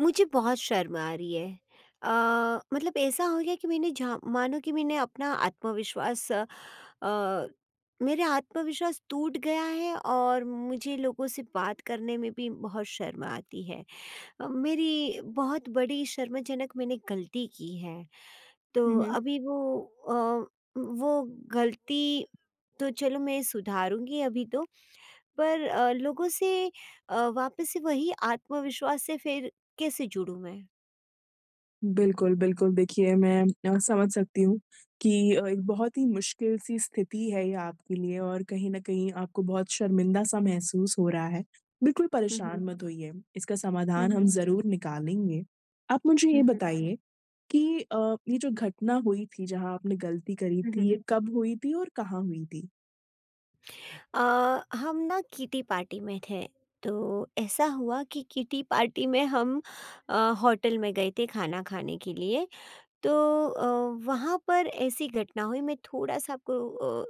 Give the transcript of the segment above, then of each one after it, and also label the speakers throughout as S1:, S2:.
S1: मुझे बहुत शर्म आ रही है। अ, मतलब ऐसा हो गया कि मैंने जहाँ मानो कि मैंने अपना आत्मविश्वास अ, मेरा आत्मविश्वास टूट गया है और मुझे लोगों से बात करने में भी बहुत शर्म आती है। मेरी बहुत बड़ी शर्मजनक मैंने गलती की है।
S2: हुँ,
S1: तो
S2: हुँ।
S1: अभी वो अ, वो गलती तो चलो मैं सुधारूँगी अभी तो, पर लोगों से वापस से वही आत्मविश्वास से फिर कैसे जुड़ूँ मैं?
S2: बिल्कुल, बिल्कुल। देखिए मैं समझ सकती हूँ कि एक बहुत ही मुश्किल सी स्थिति है ये आपके लिए और कहीं न कहीं आपको बहुत शर्मिंदा-सा महसूस हो रहा है। बिल्कुल
S1: हुँ,
S2: परेशान
S1: हुँ।
S2: मत होइए, इसका
S1: हुँ,
S2: समाधान हम
S1: हुँ।
S2: ज़रूर निकालेंगे। आप मुझे ये
S1: हुँ, हुँ।
S2: बताइए कि ये जो घटना हुई थी जहाँ आपने गलती करी
S1: हुँ,
S2: थी,
S1: हुँ।
S2: ये कब हुई थी और कहाँ हुई थी?
S1: अ, हम ना किटी पार्टी में थे, तो ऐसा हुआ कि किटी पार्टी में हम अ, होटल में गए थे खाना खाने के लिए, तो अ, वहाँ पर ऐसी घटना हुई। मैं थोड़ा-सा आपको अ,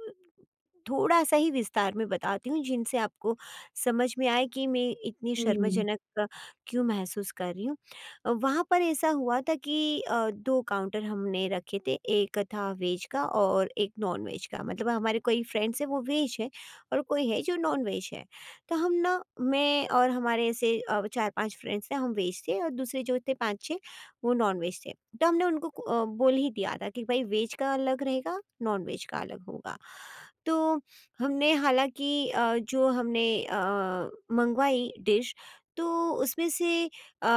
S1: थोड़ा-सा ही विस्तार में बताती हूँ जिनसे आपको समझ में आए कि मैं इतनी
S2: हुँ।
S1: शर्मजनक क्यों महसूस कर रही हूँ। वहाँ पर ऐसा हुआ था कि 2 काउंटर हमने रखे थे, एक था वेज का और एक नॉन-वेज का। मतलब हमारे कोई फ्रेंड्स हैं वो वेज है और कोई है जो नॉन-वेज है। तो हम ना, मैं और हमारे ऐसे 4-5 फ्रेंड्स थे, हम वेज थे और दूसरे जो थे 5-6 वो नॉन-वेज थे। तो हमने उनको को बोल ही दिया था कि भाई वेज का अलग रहेगा, नॉन-वेज का अलग होगा। तो हमने हालाँकि जो हमने मंगवाई डिश, तो उसमें से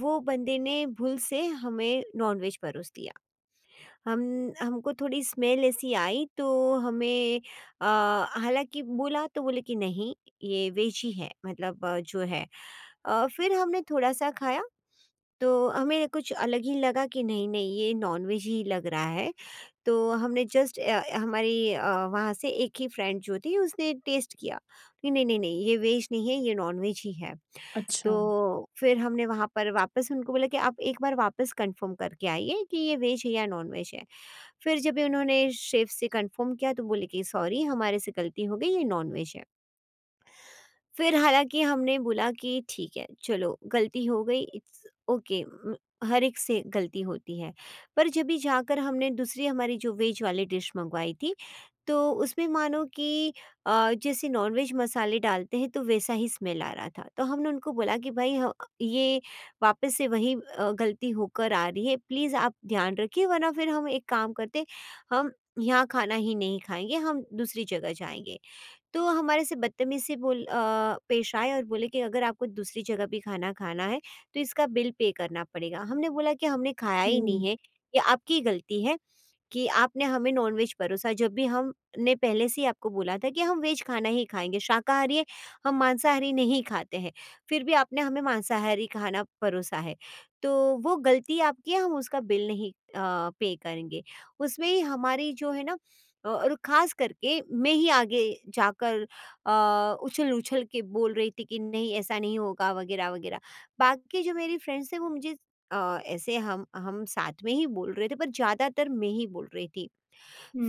S1: वो बंदे ने भूल से हमें नॉन-वेज परोस दिया। हम हमको थोड़ी स्मेल ऐसी आई, तो हमें हालाँकि बोला तो बोले कि नहीं ये वेज ही है। मतलब जो है। फिर हमने थोड़ा-सा खाया, तो हमें कुछ अलग ही लगा कि नहीं नहीं ये नॉनवेज ही लग रहा है। तो हमने जस्ट हमारी वहाँ से एक ही फ्रेंड जो थी उसने टेस्ट किया कि नहीं नहीं नहीं ये वेज नहीं है, ये नॉनवेज ही है।
S2: अच्छा।
S1: तो फिर हमने वहाँ पर वापस उनको बोला कि आप एक बार वापस कंफर्म करके आइए कि ये वेज है या नॉनवेज है। फिर जब ये उन्होंने शेफ से कंफर्म किया, तो बोले कि सॉरी हमारे से गलती हो गई, ये नॉनवेज है। फिर हालाँकि हमने बोला कि ठीक है, चलो गलती हो गई, इट्स ओके। हर एक से गलती होती है। पर जब भी जाकर हमने दूसरी हमारी जो वेज वाली डिश मँगवाई थी, तो उसमें मानो कि जैसे नॉन-वेज मसाले डालते हैं तो वैसा ही स्मेल आ रहा था। तो हमने उनको बोला कि भाई ह ये वापस से वही गलती होकर आ रही है, प्लीज़ आप ध्यान रखिए वरना फिर हम एक काम करते, हम यहाँ खाना ही नहीं खाएँगे, हम दूसरी जगह जाएँगे। तो हमारे से बदतमीज़ी से पेश आए और बोले कि अगर आपको दूसरी जगह भी खाना खाना है, तो इसका बिल पे करना पड़ेगा। हमने बोला कि हमने खाया ही
S2: हुँ,
S1: नहीं है, ये आपकी गलती है कि आपने हमें नॉन-वेज परोसा। जब भी हमने पहले से ही आपको बोला था कि हम वेज खाना ही खाएँगे, शाकाहारी है, हम मांसाहारी नहीं खाते हैं, फिर भी आपने हमें मांसाहारी खाना परोसा है। तो वो गलती आपकी है, हम उसका बिल नहीं पे करेंगे। उसमें ही हमारी जो है ना, और ख़ास करके मैं ही आगे जाकर उछल-उछल के बोल रही थी कि नहीं ऐसा नहीं होगा वग़ैरह-वग़ैरह। बाकी जो मेरी फ्रेंड्स हैं वो मुझे ऐसे हम साथ में ही बोल रहे थे, पर ज़्यादातर मैं ही बोल रही थी।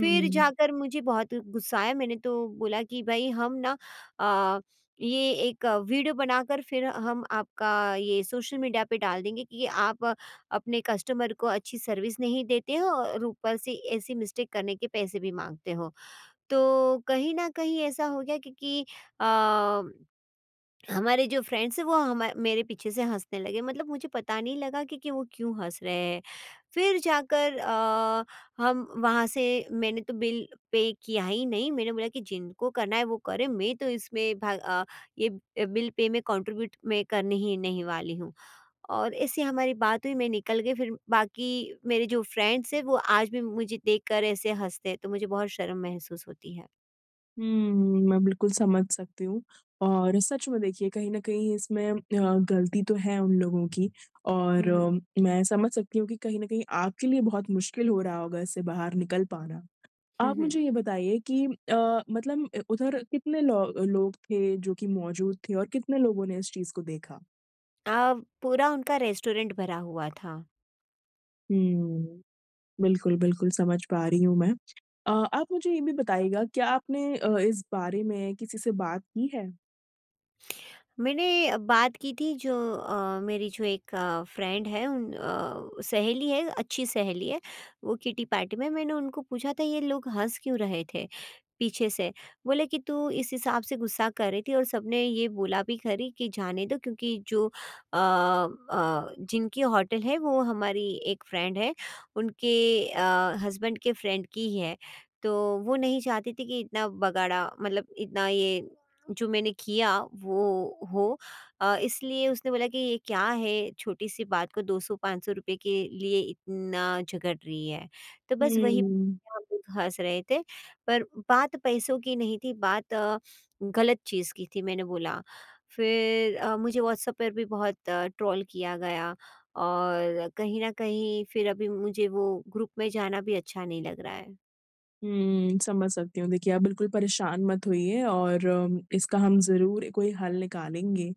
S1: फिर जाकर मुझे बहुत गुस्सा आया, मैंने तो बोला कि भाई हम ना अ, ये एक वीडियो बनाकर फिर हम आपका ये सोशल मीडिया पे डाल देंगे कि आप अपने कस्टमर को अच्छी सर्विस नहीं देते हो और ऊपर से ऐसी मिस्टेक करने के पैसे भी माँगते हो। तो कहीं न कहीं ऐसा हो गया क्योंकि अ हमारे जो फ्रेंड्स हैं वो हमा मेरे पीछे से हँसने लगे। मतलब मुझे पता नहीं लगा कि, वो क्यों हँस रहे हैं। फिर जाकर हम वहाँ से मैंने तो बिल पे किया ही नहीं। मैंने बोला कि जिनको करना है वो करे, मैं तो इसमें ये बिल पे में कंट्रीब्यूट मैं करने ही नहीं वाली हूँ। और ऐसे हमारी बात हुई, मैं निकल गई। फिर बाकी मेरे जो फ्रेंड्स हैं वो आज भी मुझे देखकर ऐसे हँसते हैं, तो मुझे बहुत शर्म महसूस होती है।
S2: हुँ, मैं बिल्कुल समझ सकती हूँ और सच में देखिए कहीं न कहीं इसमें गलती तो है उन लोगों की और
S1: हुँ, हुँ।
S2: मैं समझ सकती हूँ कि कहीं न कहीं आपके लिए बहुत मुश्किल हो रहा होगा इससे बाहर निकल पाना।
S1: हुँ,
S2: आप
S1: हुँ।
S2: मुझे ये बताइए कि मतलब उधर कितने लो लोग थे जो कि मौजूद थे और कितने लोगों ने इस चीज़ को देखा?
S1: अ, पूरा उनका रेस्टोरेंट भरा हुआ था।
S2: हुँ, बिल्कुल, बिल्कुल समझ पा रही हूँ मैं। आप मुझे ये भी बताइएगा क्या आपने इस बारे में किसी से बात की है?
S1: मैंने बात की थी। जो मेरी जो एक फ्रेंड है, उन सहेली है, अच्छी सहेली है, वो किटी पार्टी में मैंने उनको पूछा था ये लोग हंस क्यों रहे थे पीछे से। बोले कि तू इस हिसाब से गुस्सा कर रही थी और सबने ये बोला भी खरी कि जाने दो क्योंकि जो जिनकी होटल है वो हमारी एक फ्रेंड है, उनके हस्बैंड के फ्रेंड की ही है। तो वो नहीं चाहती थी कि इतना बगाड़ा, मतलब इतना ये जो मैंने किया वो हो, इसलिए उसने बोला कि ये क्या है छोटी सी बात को 200-500 रुपए के लिए इतना झगड़ रही है। तो बस वही
S2: हुँ।
S1: हम लोग हँस रहे थे, पर बात पैसों की नहीं थी, बात गलत चीज़ की थी, मैंने बोला। फिर मुझे व्हाट्सएप पर भी बहुत ट्रोल किया गया और कहीं न कहीं फिर अभी मुझे वो ग्रुप में जाना भी अच्छा नहीं लग रहा है।
S2: हुँ, समझ सकती हूँ। देखिए, आप बिल्कुल परेशान मत होइए और इसका हम ज़रूर कोई हल निकालेंगे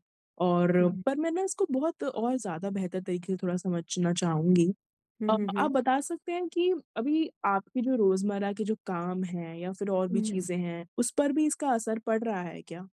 S2: और
S1: हुँ, हुँ।
S2: पर मैं ना इसको बहुत और ज़्यादा बेहतर तरीके से थोड़ा समझना चाहूँगी।
S1: हुँ, हुँ, हुँ।
S2: आप बता सकते हैं कि अभी आपकी जो रोज़मर्रा के जो काम हैं या फिर और भी
S1: हुँ।
S2: चीज़ें हैं, उस पर भी इसका असर पड़ रहा है क्या?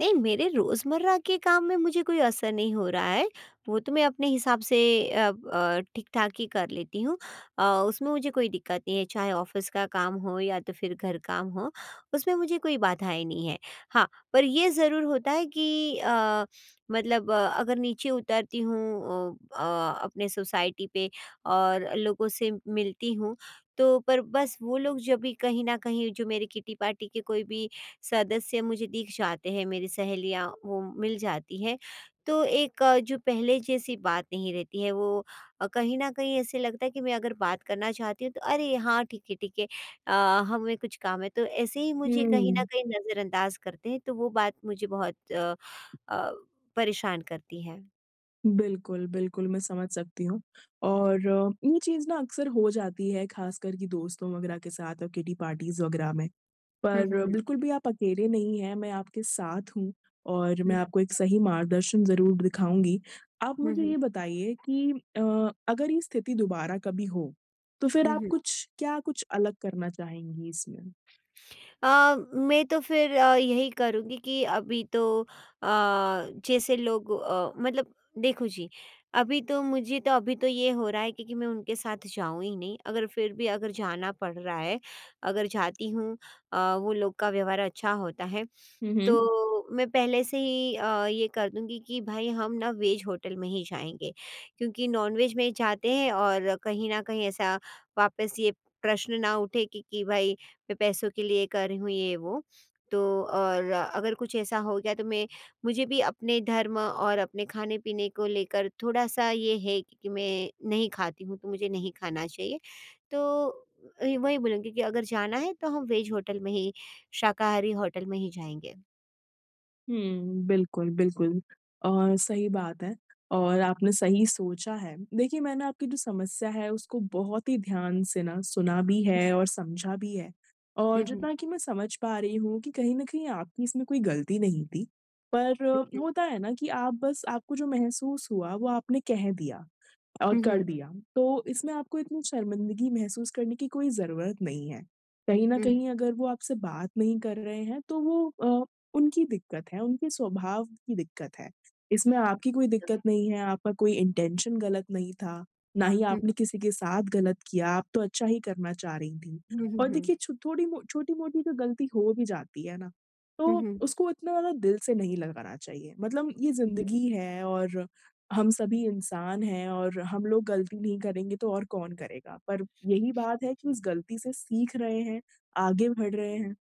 S1: नहीं, मेरे रोज़मर्रा के काम में मुझे कोई असर नहीं हो रहा है। वो तो मैं अपने हिसाब से अ ठीक-ठाक ही कर लेती हूँ। अ, उसमें मुझे कोई दिक्कत नहीं है, चाहे ऑफ़िस का काम हो या तो फिर घर काम हो, उसमें मुझे कोई बाधाएँ नहीं है। हाँ, पर ये ज़रूर होता है कि मतलब अगर नीचे उतरती हूँ अपने सोसाइटी पे और लोगों से मिलती हूँ, तो पर बस वो लोग जब भी कहीं न कहीं जो मेरे किटी-पार्टी के कोई भी सदस्य मुझे दिख जाते हैं, मेरी सहेलियाँ वो मिल जाती हैं, तो एक जो पहले जैसी बात नहीं रहती है, वो कहीं न कहीं ऐसे लगता है कि मैं अगर बात करना चाहती हूँ, तो अरे! हाँ, ठीक है, ठीक है, हमें कुछ काम है, तो ऐसे ही मुझे कहीं न
S2: हुँ।
S1: कहीं नज़रअंदाज करते हैं, तो वो बात मुझे बहुत अ, परेशान करती है।
S2: बिल्कुल, बिल्कुल, मैं समझ सकती हूँ और ये चीज़ ना अक्सर हो जाती है, ख़ासकर कि दोस्तों वगैरह के साथ और किटी पार्टीज़ वगैरह में।
S1: हुँ, हुँ,
S2: पर
S1: हुँ।
S2: बिल्कुल भी आप अकेले नहीं हैं, मैं आपके साथ हूँ और मैं हुँ।
S1: हुँ,
S2: आपको एक सही मार्गदर्शन ज़रूर दिखाऊँगी। आप
S1: हुँ,
S2: मुझे
S1: हुँ,
S2: ये बताइए कि अ, अगर ये स्थिति दोबारा कभी हो, तो फिर
S1: हुँ,
S2: आप
S1: हुँ।
S2: कुछ क्या कुछ अलग करना चाहेंगी इसमें?
S1: मैं तो फिर यही करूँगी कि अभी तो जैसे लोग मतलब देखो जी, अभी तो मुझे तो अभी तो ये हो रहा है कि मैं उनके साथ जाऊँ ही नहीं। अगर फिर भी अगर जाना पड़ रहा है, अगर जाती हूँ वो लोग का व्यवहार अच्छा होता है, तो मैं पहले से ही ये कर दूँगी कि भाई हम ना वेज होटल में ही जाएँगे। क्योंकि नॉन-वेज में जाते हैं और कहीं न कहीं ऐसा वापस ये प्रश्न ना उठे कि भाई मैं पैसों के लिए कर रही हूँ ये वो। तो और अगर कुछ ऐसा हो गया तो मैं मुझे भी अपने धर्म और अपने खाने-पीने को लेकर थोड़ा-सा ये है कि मैं नहीं खाती हूँ तो मुझे नहीं खाना चाहिए। तो वही बोलूँगी कि अगर जाना है तो हम वेज होटल में ही शाकाहारी होटल में ही जाएँगे।
S2: हुँ, बिल्कुल, बिल्कुल। और सही बात है और आपने सही सोचा है। देखिए, मैंने आपकी जो समस्या है उसको बहुत ही ध्यान से ना सुना भी
S1: हुँ,
S2: है और समझा भी है। और
S1: हुँ, हुँ,
S2: जितना कि मैं समझ पा रही हूँ कि कहीं न कहीं आपकी इसमें कोई गलती नहीं थी। पर होता है ना कि आप बस आपको जो महसूस हुआ वो आपने कह दिया। और
S1: हुँ,
S2: कर
S1: हुँ,
S2: दिया, तो इसमें आपको इतनी शर्मिंदगी महसूस करने की कोई ज़रूरत नहीं है। कहीं न
S1: हुँ, हुँ,
S2: कहीं अगर वो आपसे बात नहीं कर रहे हैं तो वो उनकी दिक्कत है, उनके स्वभाव की दिक्कत है। इसमें आपकी कोई दिक्कत नहीं है, आपका कोई इंटेंशन गलत नहीं था, ना ही
S1: हुँ,
S2: आपने किसी के साथ गलत किया, आप तो अच्छा ही करना चाह रही
S1: हुँ,
S2: थीं। और
S1: हुँ,
S2: देखिए छो थोड़ी मो छोटी-मोटी तो गलती हो भी जाती है ना,
S1: हुँ, हुँ,
S2: तो
S1: हुँ, हुँ,
S2: उसको इतना ज़्यादा दिल से नहीं लगाना चाहिए। मतलब ये
S1: हुँ,
S2: ज़िंदगी है और हम सभी इंसान हैं और हम लोग गलती नहीं करेंगे तो और कौन करेगा? पर यही बात है कि उस गलती से सीख रहे हैं, आगे बढ़ रहे हैं।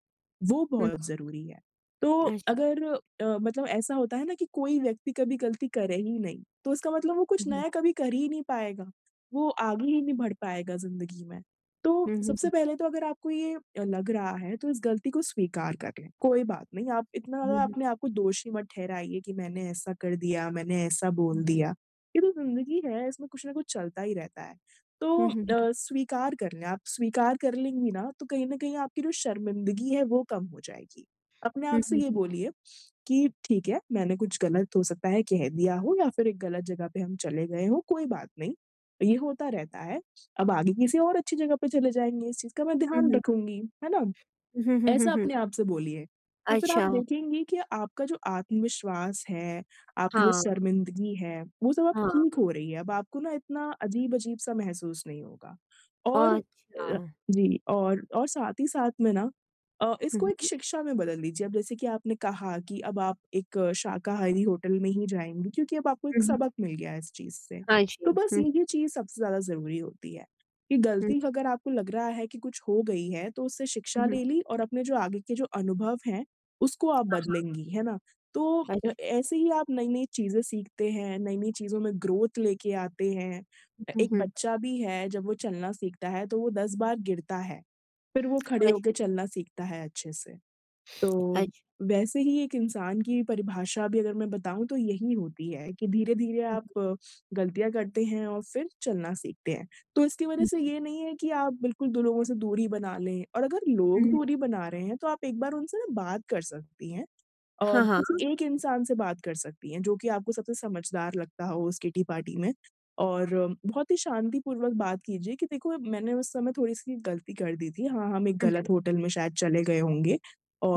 S2: वो
S1: हुँ,
S2: बहुत ज़रूरी है। तो
S1: अच्छा,
S2: अगर मतलब ऐसा होता है ना कि कोई व्यक्ति कभी गलती करे ही नहीं, तो इसका मतलब वो कुछ
S1: हुँ,
S2: नया कभी कर ही नहीं पाएगा। वो आगे ही नहीं बढ़ पाएगा ज़िंदगी में। तो
S1: हुँ, हुँ,
S2: सबसे
S1: हुँ,
S2: पहले तो अगर आपको ये लग रहा है तो इस गलती को स्वीकार कर लें, कोई बात नहीं। आप इतना
S1: हुँ, हुँ,
S2: ज़्यादा
S1: हुँ,
S2: अपने आप को दोषी मत ठहराइए कि मैंने ऐसा कर दिया, मैंने ऐसा बोल दिया। ये तो ज़िंदगी है, इसमें कुछ ना कुछ चलता ही रहता है। तो
S1: हुँ, हुँ,
S2: स्वीकार करना है, आप स्वीकार कर लेंगी ना तो कहीं न कहीं आपकी जो शर्मिंदगी है वो कम हो जाएगी। अपने
S1: हुँ,
S2: आप
S1: हुँ,
S2: से
S1: हुँ, हुँ, हुँ,
S2: ये
S1: हुँ,
S2: बोलिए कि ठीक है, मैंने कुछ गलत हो सकता है कह दिया हो या फिर एक गलत जगह पे हम चले गए हों, कोई बात नहीं। ये होता रहता है। अब आगे किसी और अच्छी जगह पे चले जाएँगे, इस चीज़ का मैं
S1: हुँ,
S2: ध्यान
S1: हुँ,
S2: रखूँगी, है ना?
S1: हुँ, हुँ,
S2: ऐसा
S1: हुँ,
S2: अपने आप से बोलिए। तो फिर आप
S1: अच्छा,
S2: देखेंगी कि आपका जो आत्मविश्वास है, आपकी जो
S1: हाँ।
S2: शर्मिंदगी है, वो सब अब
S1: हाँ,
S2: ठीक हो रही है। अब आपको ना इतना अजीब-अजीब सा महसूस नहीं होगा। और
S1: अच्छा।
S2: अ, जी और साथ ही साथ में ना
S1: हुँ,
S2: इसको एक
S1: हुँ।
S2: शिक्षा में बदल लीजिए। अब जैसे कि आपने कहा कि अब आप एक शाकाहारी होटल में ही जाएँगी क्योंकि अब आपको एक
S1: हुँ, हुँ।
S2: सबक मिल गया है इस चीज़ से।
S1: हाँ
S2: तो
S1: जी।
S2: बस
S1: हुँ,
S2: ये चीज़ सबसे ज़्यादा ज़रूरी होती है। कि
S1: हुँ,
S2: गलती अगर आपको लग रहा है कि कुछ हो गई है, तो उससे शिक्षा
S1: हुँ, हुँ।
S2: ले ली और अपने जो आगे के जो अनुभव हैं, उसको आप
S1: हाँ,
S2: बदलेंगी, है ना? तो
S1: हाँ। अच्छा।
S2: ऐसे ही आप नई-नई चीज़ें सीखते हैं, नई-नई चीज़ों में ग्रोथ लेके आते हैं।
S1: हुँ,
S2: एक
S1: हुँ।
S2: बच्चा भी है, जब वो चलना सीखता है, तो वो 10 बार गिरता है, फिर वो खड़े
S1: हाँ
S2: होके
S1: जी।
S2: चलना सीखता है अच्छे से। तो
S1: अच्छा।
S2: वैसे ही एक इंसान की परिभाषा भी अगर मैं बताऊँ तो यही होती है कि धीरे-धीरे
S1: हुँ,
S2: आप गलतियाँ करते हैं और फिर चलना सीखते हैं। तो इसकी वज़ह
S1: हुँ,
S2: से ये नहीं है कि आप बिल्कुल दो लोगों से दूरी बना लें और अगर
S1: हुँ,
S2: लोग
S1: हुँ।
S2: दूरी बना रहे हैं तो आप एक बार उनसे ना बात कर सकती हैं। अ,
S1: हाँ, हाँ।
S2: किसी एक इंसान से बात कर सकती हैं, जो कि आपको सबसे समझदार लगता हो उस किटी-पार्टी में और बहुत ही शांतिपूर्वक बात कीजिए कि देखो मैंने उस समय थोड़ी-सी गलती कर दी थी। हाँ, हम एक
S1: हुँ,
S2: गलत होटल में शायद चले गए होंगे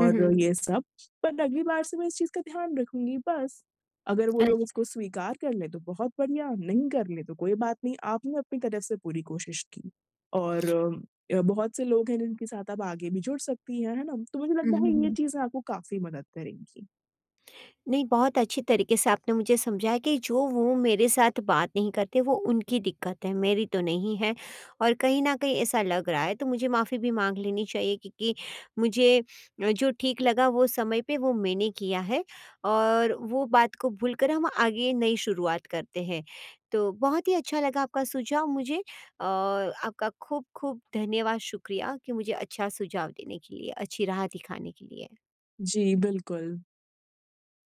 S1: हुँ, हुँ।
S2: ये सब, पर अगली बार से मैं इस चीज़ का ध्यान रखूँगी बस। अगर वो लोग
S1: अच्छा।
S2: उसको स्वीकार कर लें तो बहुत बढ़िया, नहीं कर लें तो कोई बात नहीं, आपने अपनी तरफ से पूरी कोशिश की और बहुत से लोग हैं जिनके साथ आप आगे भी जुड़ सकती हैं, है ना? तो मुझे
S1: हुँ,
S2: लगता है
S1: हुँ,
S2: ये
S1: हुँ।
S2: चीज़ें आपको काफ़ी मदद करेंगी।
S1: नहीं, बहुत अच्छी तरीके से आपने मुझे समझाया कि जो वो मेरे साथ बात नहीं करते वो उनकी दिक्कत है, मेरी तो नहीं है। और कहीं न कहीं ऐसा लग रहा है तो मुझे माफ़ी भी माँग लेनी चाहिए, क्योंकि मुझे जो ठीक लगा वो समय पे वो मैंने किया है और वो बात को भूलकर हम आगे नई शुरुआत करते हैं। तो बहुत ही अच्छा लगा आपका सुझाव मुझे और आपका खूब-खूब धन्यवाद, शुक्रिया कि मुझे अच्छा सुझाव देने के लिए, अच्छी राह दिखाने के लिए।
S2: जी, बिल्कुल।